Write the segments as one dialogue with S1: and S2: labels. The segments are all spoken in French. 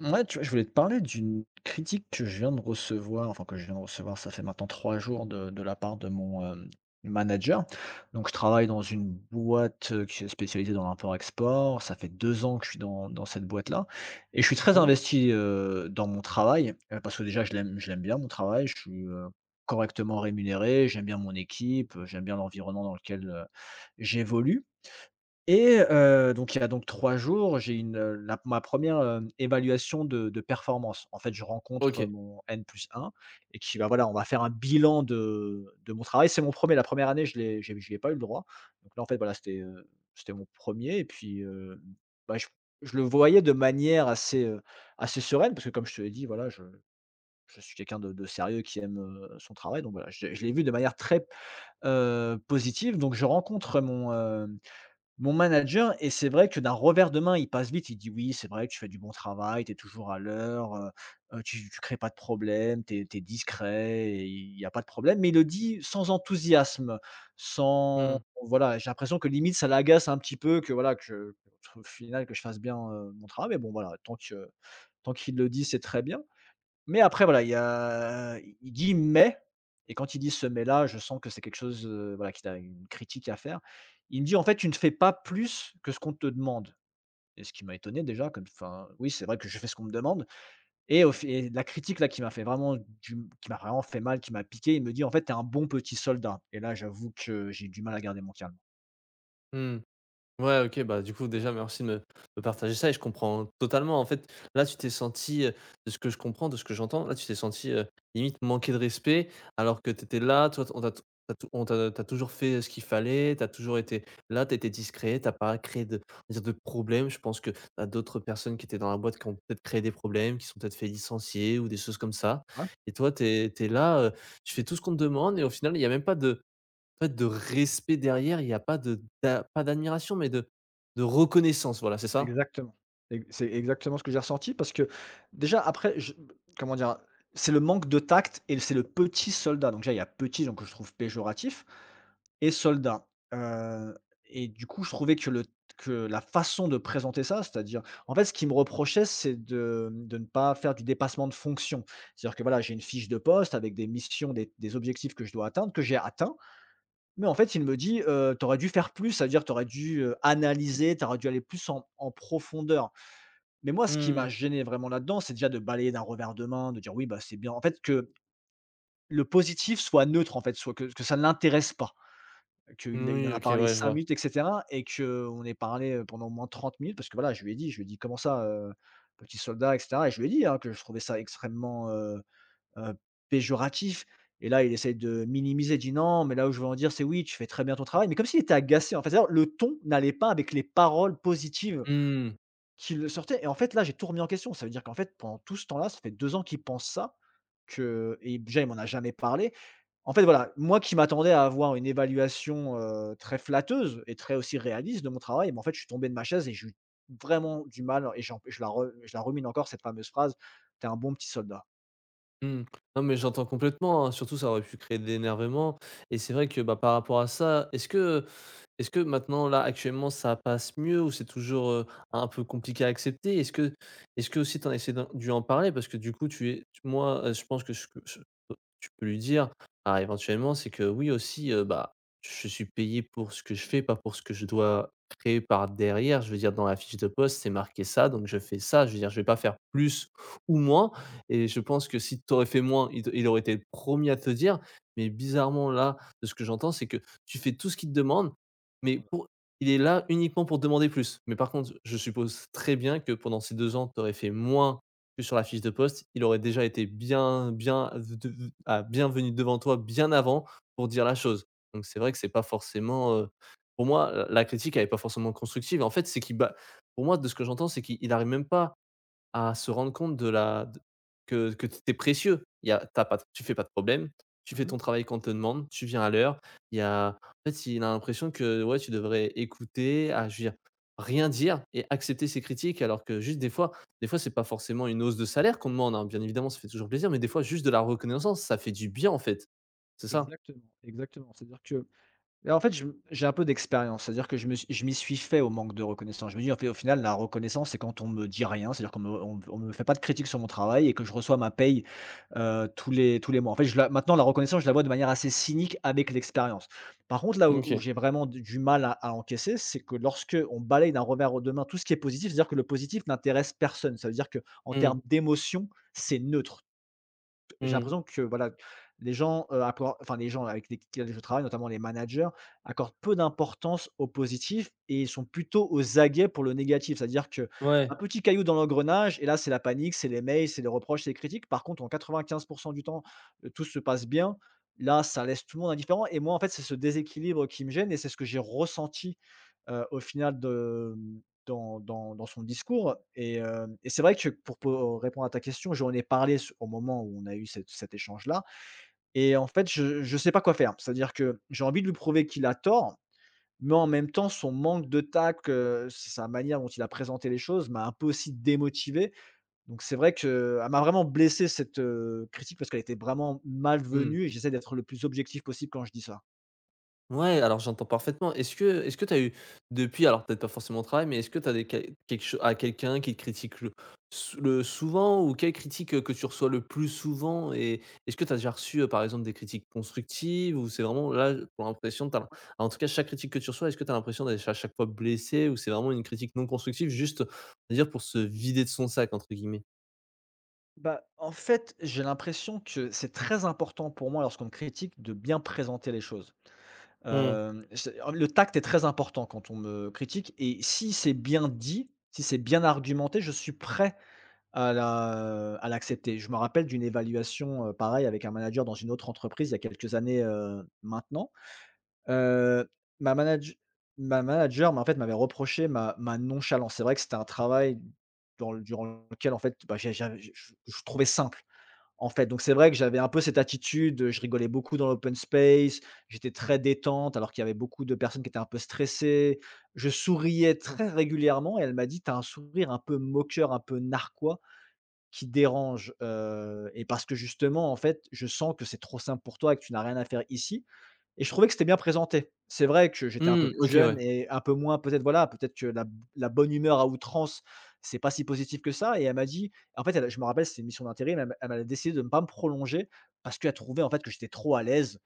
S1: Ouais, tu vois, je voulais te parler d'une critique que je viens de recevoir, enfin que je viens de recevoir, ça fait maintenant 3 jours de la part de mon manager. Donc, je travaille dans une boîte qui est spécialisée dans l'import-export. Ça fait 2 ans que je suis dans cette boîte-là. Et je suis très
S2: Mmh
S1: investi dans mon travail, parce que déjà, je l'aime bien, mon travail. Je suis correctement rémunéré, j'aime bien mon équipe, j'aime bien l'environnement dans lequel j'évolue. Et donc il y a donc 3 jours, j'ai une, la ma première re évaluation de performance. En fait, je rencontre,
S2: OK.
S1: mon N+1 et qui va voilà, on va faire un bilan de mon travail. C'est mon premier, la première année, je l'ai pas eu le droit. Donc là, en fait, voilà, c'était mon premier et puis, bah, je le voyais de manière assez sereine parce que comme je te l'ai dit, voilà, je suis quelqu'un de sérieux qui aime, son travail. Donc voilà, je l'ai vu de manière très, positive. Donc je rencontre mon manager et c'est vrai que d'un revers de main, il passe vite, il dit: «Oui, c'est vrai, que tu fais du bon travail, tu es toujours à l'heure, tu crées pas de problème, tu es discret il y a pas de problème». Mais il le dit sans enthousiasme, sans
S2: Mmh.
S1: voilà, j'ai l'impression que limite ça l'agace un petit peu que voilà, que je au final que je fasse bien, mon travail. Mais bon voilà, tant qu'il le dit, c'est très bien. Mais après voilà, il y a il dit: «Mais» et quand il dit ce mais-là, je sens que c'est quelque chose, voilà, qu'il a une critique à faire. Il me dit: «En fait, tu ne fais pas plus que ce qu'on te demande» et ce qui m'a étonné déjà comme enfin, oui, c'est vrai que je fais ce qu'on me demande et au fi et la critique là qui m'a vraiment fait mal, qui m'a piqué, il me dit: «En fait, tu es un bon petit soldat» et là, j'avoue que j'ai du mal à garder mon calme.
S2: Mmh. Ouais, OK, bah, du coup, déjà, merci de me partager ça et je comprends totalement. En fait, là, tu t'es senti de ce que je comprends, de ce que j'entends, là, tu t'es senti limite manquer de respect, alors que tu étais là, toi, t on t'a t t'a toujours fait ce qu'il fallait. T'as toujours été là, tu étais discret, t'as pas créé, de on va dire, de problèmes. Je pense que tu d'autres personnes qui étaient dans la boîte qui ont peut-être créé des problèmes, qui se sont peut-être fait licencier ou des choses comme ça,
S1: Ouais.
S2: et toi, t'es es là, tu fais tout ce qu'on te demande et au final, il y a même pas de en fait, de respect derrière, il y a pas de d'a pas d'admiration, mais de reconnaissance, voilà, c'est ça?
S1: Exactement. Ex C'est exactement ce que j'ai ressenti parce que déjà après je comment dire? C'est le manque de tact et c'est le petit soldat. Donc déjà il y a petit donc que je trouve péjoratif et soldat. Heu et du coup je trouvais que la façon de présenter ça, c'est-à-dire en fait ce qui me reprochait c'est de ne pas faire du dépassement de fonction. C'est-à-dire que voilà, j'ai une fiche de poste avec des missions, des objectifs que je dois atteindre, que j'ai atteints, mais en fait il me dit: tu dû faire plus, ça veut dire t'aurais dû, analyser, t'aurais dû aller plus en profondeur». Mais moi, ce qui
S2: Mmh.
S1: m'a gêné vraiment là-dedans, c'est déjà de balayer d'un revers de main, de dire: «Oui, bah, c'est bien». En fait, que le positif soit neutre, en fait, soit que ça ne l'intéresse pas, qu'il il
S2: Oui,
S1: en a
S2: OK,
S1: parlé
S2: ouais, je
S1: 5
S2: vois.
S1: minutes et cetera et qu'on ait parlé, pendant au moins 30 minutes parce que voilà, je lui ai dit: «Comment ça, petit soldat?» et cetera et je lui ai dit, hein, que je trouvais ça extrêmement, heu, péjoratif et là, il essaye de minimiser. Il dit: «Non, mais là où je veux en dire, c'est oui, tu fais très bien ton travail», mais comme s'il était agacé, en fait. C'est-à-dire le ton n'allait pas avec les paroles positives
S2: Mmh.
S1: qu'il le sortait et en fait, là, j'ai tout remis en question. Ça veut dire qu'en fait, pendant tout ce temps-là, ça fait 2 ans qu'il pense ça, que et déjà, il m'en a jamais parlé. En fait, voilà, moi qui m'attendais à avoir une évaluation, très flatteuse et très aussi réaliste de mon travail, mais en fait, je suis tombé de ma chaise et j'ai eu vraiment du mal et j'en je la re je la rumine encore cette fameuse phrase: t'es un bon petit soldat».
S2: Mmh. Non, mais j'entends complètement, hein, surtout ça aurait pu créer de l'énervement, et c'est vrai que, bah, par rapport à ça, est-ce que maintenant, là, actuellement, ça passe mieux ou c'est toujours, un peu compliqué à accepter? Est-ce que aussi tu as essayé d'en dû en parler? Parce que du coup, tu es tu moi, je pense que ce tu peux lui dire, ah, éventuellement, c'est que oui aussi, bah, je suis payé pour ce que je fais, pas pour ce que je dois créer par derrière. Je veux dire, dans la fiche de poste, c'est marqué ça, donc je fais ça. Je veux dire, je vais pas faire plus ou moins, et je pense que si tu aurais fait moins, il aurait été le 1 à te le dire. Mais bizarrement là, de ce que j'entends, c'est que tu fais tout ce qu'il te demande, mais
S1: Voilà.
S2: pour il est là uniquement pour demander plus. Mais par contre, je suppose très bien que pendant ces 2 ans, tu aurais fait moins que sur la fiche de poste. Il aurait déjà été bien venu devant toi bien avant pour dire la chose. Donc c'est vrai que c'est pas forcément, pour moi, la critique, elle est pas forcément constructive. En fait, c'est qu'il ba pour moi, de ce que j'entends, c'est qu'il arrive même pas à se rendre compte de la d que tu es précieux. Il y a t'as pas tu fais pas de problème, tu fais
S1: Mmh.
S2: ton travail quand on te demande, tu viens à l'heure. Il y a En fait, il a l'impression que, ouais, tu devrais écouter, ah, je veux dire, rien dire et accepter ses critiques, alors que juste des fois, c'est pas forcément une hausse de salaire qu'on demande, hein. Bien évidemment, ça fait toujours plaisir, mais des fois juste de la reconnaissance, ça fait du bien, en fait. C'est ça?
S1: Exactement, exactement. C'est-à-dire que Mais en fait, je j'ai un peu d'expérience, c'est-à-dire que je m'y suis fait au manque de reconnaissance. Je me dis: «En fait, au final, la reconnaissance, c'est quand on me dit rien, c'est-à-dire qu'on me on me fait pas de critique sur mon travail et que je reçois ma paye, tous les mois». En fait, je la maintenant, la reconnaissance, je la vois de manière assez cynique avec l'expérience. Par contre, là où
S2: OK.
S1: j'ai vraiment d du mal à encaisser, c'est que lorsque on balaye d'un revers de main tout ce qui est positif, c'est-à-dire que le positif n'intéresse personne. Ça veut dire que, en
S2: Mmh.
S1: termes d'émotion, c'est neutre j'ai
S2: Mmh.
S1: l'impression que voilà, les gens, accor enfin les gens avec lesquels je travaille, notamment les managers, accordent peu d'importance au positif et ils sont plutôt aux aguets pour le négatif. C'est-à-dire que
S2: Ouais.
S1: un petit caillou dans l'engrenage et là, c'est la panique, c'est les mails, c'est les reproches, c'est les critiques. Par contre, en 95 du temps, tout se passe bien. Là, ça laisse tout le monde indifférent et moi, en fait, c'est ce déséquilibre qui me gêne et c'est ce que j'ai ressenti au final de dans son discours et c'est vrai que pour po répondre à ta question, j'en ai parlé s au moment où on a eu cet échange-là et en fait, je ne sais pas quoi faire. C'est-à-dire que j'ai envie de lui prouver qu'il a tort, mais en même temps, son manque de tact, sa manière dont il a présenté les choses m'a un peu aussi démotivé. Donc c'est vrai qu'elle m'a vraiment blessé cette, critique parce qu'elle était vraiment
S2: Mmh.
S1: malvenue et j'essaie d'être le plus objectif possible quand je dis ça.
S2: Ouais, alors j'entends parfaitement. Est-ce que tu as eu, depuis, alors peut-être pas forcément au travail, mais est-ce que tu as des quel quelque cho à quelqu'un qui te critique le souvent, ou quelle critique, que tu reçois le plus souvent? Et est-ce que tu as déjà reçu, par exemple, des critiques constructives, ou c'est vraiment là, tu l'impression tu as en tout cas chaque critique que tu reçois, est-ce que tu as l'impression d'être à chaque fois blessé ou c'est vraiment une critique non constructive juste, on va dire, pour se «vider de son sac» entre guillemets?
S1: Bah, en fait, j'ai l'impression que c'est très important pour moi, lorsqu'on me critique, de bien présenter les choses.
S2: Hmm.
S1: Je le tact est très important quand on me critique et si c'est bien dit, si c'est bien argumenté, je suis prêt à l'accepter. Je me rappelle d'une évaluation, pareil avec un manager dans une autre entreprise il y a quelques années, maintenant. Heu, ma manage ma manager, m'avait reproché ma nonchalance. C'est vrai que c'était un travail dans le durant lequel, en fait, bah, j'ai j'avais je trouvais simple. En fait, donc c'est vrai que j'avais un peu cette attitude, je rigolais beaucoup dans l'open space, j'étais très détente alors qu'il y avait beaucoup de personnes qui étaient un peu stressées. Je souriais très régulièrement et elle m'a dit: «T'as un sourire un peu moqueur, un peu narquois qui dérange, et parce que justement, en fait, je sens que c'est trop simple pour toi et que tu n'as rien à faire ici». Et je trouvais que c'était bien présenté. C'est vrai que j'étais un peu
S2: Mmh.
S1: plus
S2: OK,
S1: jeune
S2: ouais.
S1: et un peu moins peut-être voilà, peut-être que la bonne humeur à outrance, c'est pas si positif que ça et elle m'a dit en fait, elle je me rappelle, c'était une mission d'intérim, elle m'a décidé de ne pas me prolonger parce qu'elle trouvait en fait que j'étais trop à l'aise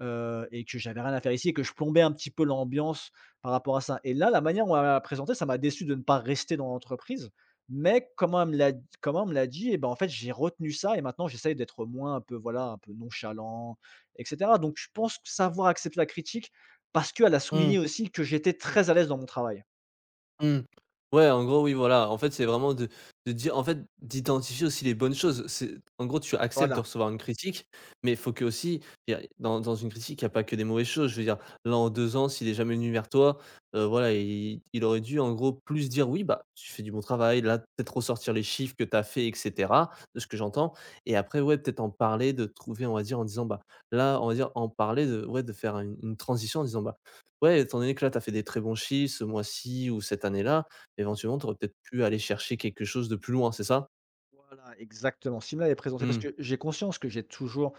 S1: et que j'avais rien à faire ici et que je plombais un petit peu l'ambiance par rapport à ça et là, la manière dont elle m'a présenté, ça m'a déçu de ne pas rester dans l'entreprise, mais comment elle me l'a dit et ben, en fait, j'ai retenu ça et maintenant j'essaye d'être moins un peu, voilà, un peu nonchalant et cetera. Donc je pense savoir accepter la critique parce qu'elle a
S2: Mmh.
S1: souligné aussi que j'étais très à l'aise dans mon travail.
S2: Mmh. Ouais, en gros, oui, voilà. En fait, c'est vraiment de dire, en fait, d'identifier aussi les bonnes choses. C'est, en gros, tu acceptes de
S1: Voilà.
S2: recevoir une critique, mais il faut que, aussi, il y a, dans une critique, il n'y a pas que des mauvaises choses. Je veux dire, là, en 2 ans, s'il est jamais venu vers toi, voilà, il aurait dû, en gros, plus dire: «Oui, bah, tu fais du bon travail», là, peut-être ressortir les chiffres que tu as fait, et cetera, de ce que j'entends, et après, ouais, peut-être en parler, de trouver, on va dire, en disant, bah, là, on va dire, en parler de, ouais, de faire une transition en disant, bah, ouais, étant donné que là, tu as fait des très bons chiffres ce mois-ci ou cette année-là, éventuellement, tu aurais peut-être pu aller chercher quelque chose de plus loin, c'est ça?
S1: Voilà, exactement. S'il me l'avait présenté parce
S2: Mmh.
S1: que j'ai conscience que j'ai toujours,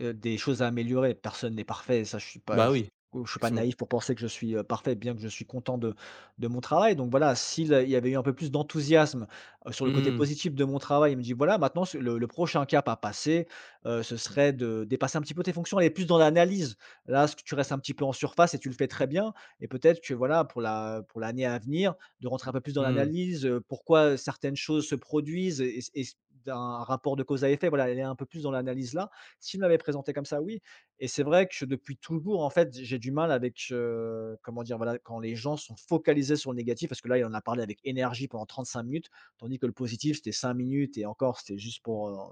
S1: des choses à améliorer. Personne n'est parfait, ça je suis pas
S2: Bah
S1: je suis
S2: oui,
S1: je suis pas
S2: effectivement.
S1: naïf pour penser que je suis, parfait, bien que je suis content de mon travail. Donc voilà, s'il il y avait eu un peu plus d'enthousiasme, sur le côté
S2: Mmh,
S1: positif de mon travail, il me dit: «Voilà maintenant ce le prochain cap à passer, ce serait de dépasser un petit peu tes fonctions, aller plus dans l'analyse. Là, ce que tu restes un petit peu en surface et tu le fais très bien et peut-être que voilà pour l'année à venir, de rentrer un peu plus dans
S2: mmh.
S1: l'analyse, pourquoi certaines choses se produisent et c d'un rapport de cause à effet, voilà, elle est un peu plus dans l'analyse là. S'il me l'avait présenté comme ça, oui et c'est vrai que depuis toujours, en fait, j'ai du mal avec, comment dire? Voilà, quand les gens sont focalisés sur le négatif, parce que là, il en a parlé avec énergie pendant 35 minutes, tandis que le positif, c'était 5 minutes et encore, c'était juste pour,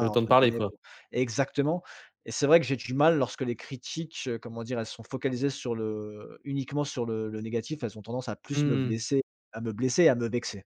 S2: Le temps de
S1: entre
S2: parler,
S1: guillemets,
S2: quoi.
S1: pour exactement et c'est vrai que j'ai du mal lorsque les critiques, comment dire? Elles sont focalisées sur le uniquement sur le négatif, elles ont tendance à plus me
S2: Mmh.
S1: blesser et à me vexer.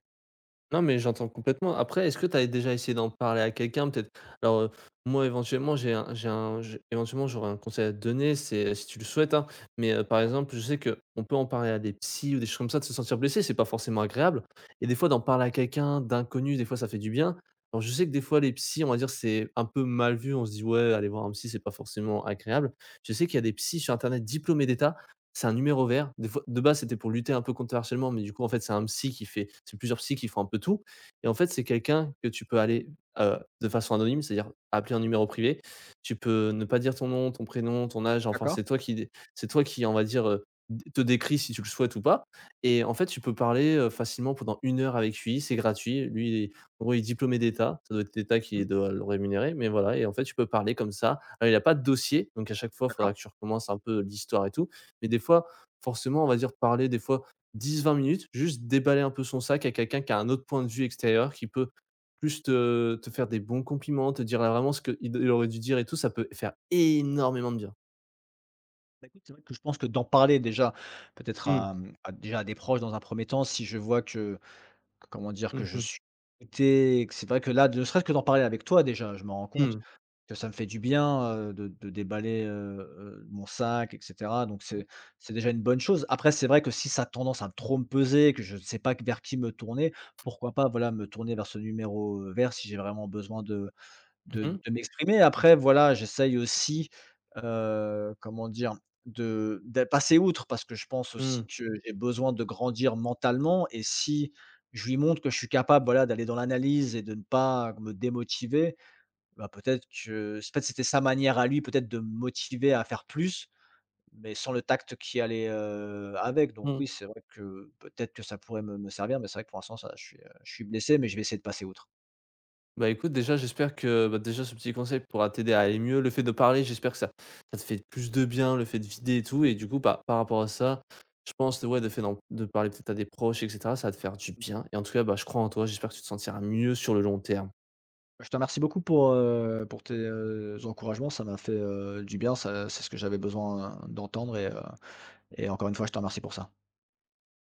S2: Non, mais j'entends complètement. Après, est-ce que tu avais déjà essayé d'en parler à quelqu'un? Peut-être alors, moi, éventuellement, j'ai, éventuellement, j'aurais un conseil à te donner, c'est si tu le souhaites, hein, mais par exemple, je sais que on peut en parler à des psys ou des choses comme ça, de se sentir blessé, c'est pas forcément agréable, et des fois, d'en parler à quelqu'un d'inconnu, des fois, ça fait du bien. Alors, je sais que des fois, les psys, on va dire, c'est un peu mal vu. On se dit: «Ouais, aller voir un psy, c'est pas forcément agréable». Je sais qu'il y a des psys sur internet diplômés d'État, c'est un numéro vert. Des fois, de base, c'était pour lutter un peu contre le harcèlement, mais du coup, en fait, c'est un psy qui fait c'est plusieurs psys qui font un peu tout, et en fait, c'est quelqu'un que tu peux aller, de façon anonyme, c'est-à-dire appeler un numéro privé. Tu peux ne pas dire ton nom, ton prénom, ton âge, enfin, c'est toi qui, on va dire, d te décris si tu le souhaites ou pas, et en fait, tu peux parler, facilement pendant 1 heure avec lui, c'est gratuit. Lui, il est, en gros, il est diplômé d'État, ça doit être l'État qui doit le rémunérer, mais voilà, et en fait, tu peux parler comme ça. Il y a pas de dossier, donc à chaque fois, il faudra que tu recommences un peu l'histoire et tout, mais des fois, forcément, on va dire, parler des fois 10, 20 minutes, juste déballer un peu son sac à quelqu'un qui a un autre point de vue extérieur, qui peut plus te faire des bons compliments, te dire là vraiment ce qu'il aurait dû dire et tout, ça peut faire énormément de bien.
S1: Bah, écoute, c'est vrai que je pense que d'en parler déjà, peut-être
S2: Mmh.
S1: à, à déjà à des proches dans un premier temps, si je vois que, comment dire? Que
S2: Mmh
S1: je
S2: mh.
S1: suis écouté que c'est vrai que là, ne serait-ce que d'en parler avec toi déjà, je me rends compte.
S2: Mmh.
S1: Que ça me fait du bien, de déballer, mon sac et cetera, donc c'est déjà une bonne chose. Après, c'est vrai que si ça a tendance à trop me peser, que je ne sais pas vers qui me tourner, pourquoi pas, voilà, me tourner vers ce numéro, vert si j'ai vraiment besoin de de
S2: Mmh mh.
S1: de m'exprimer. Après, voilà, j'essaye aussi, comment dire? De passer outre parce que je pense
S2: Mmh.
S1: aussi que j'ai besoin de grandir mentalement et si je lui montre que je suis capable, voilà, d'aller dans l'analyse et de ne pas me démotiver bah, peut-être que s peut-être c'était sa manière à lui, peut-être de me motiver à faire plus, mais sans le tact qui allait, avec. Donc
S2: Mmh.
S1: oui, c'est vrai que peut-être que ça pourrait me servir, mais c'est vrai que pour l'instant ça je suis blessé, mais je vais essayer de passer outre.
S2: Bah, écoute, déjà, j'espère que, bah, déjà, ce petit conseil pourra t'aider à aller mieux. Le fait de parler, j'espère que ça te fait plus de bien, le fait de vider et tout, et du coup, par rapport à ça, je pense, ouais, de fait d'en de parler peut-être à des proches, et cetera, ça va te faire du bien, et en tout cas, bah, je crois en toi, j'espère que tu te sentiras mieux sur le long terme.
S1: Je te remercie beaucoup pour tes, encouragements. Ça m'a fait, du bien, ça c'est ce que j'avais besoin, d'entendre et encore une fois, je te remercie pour ça.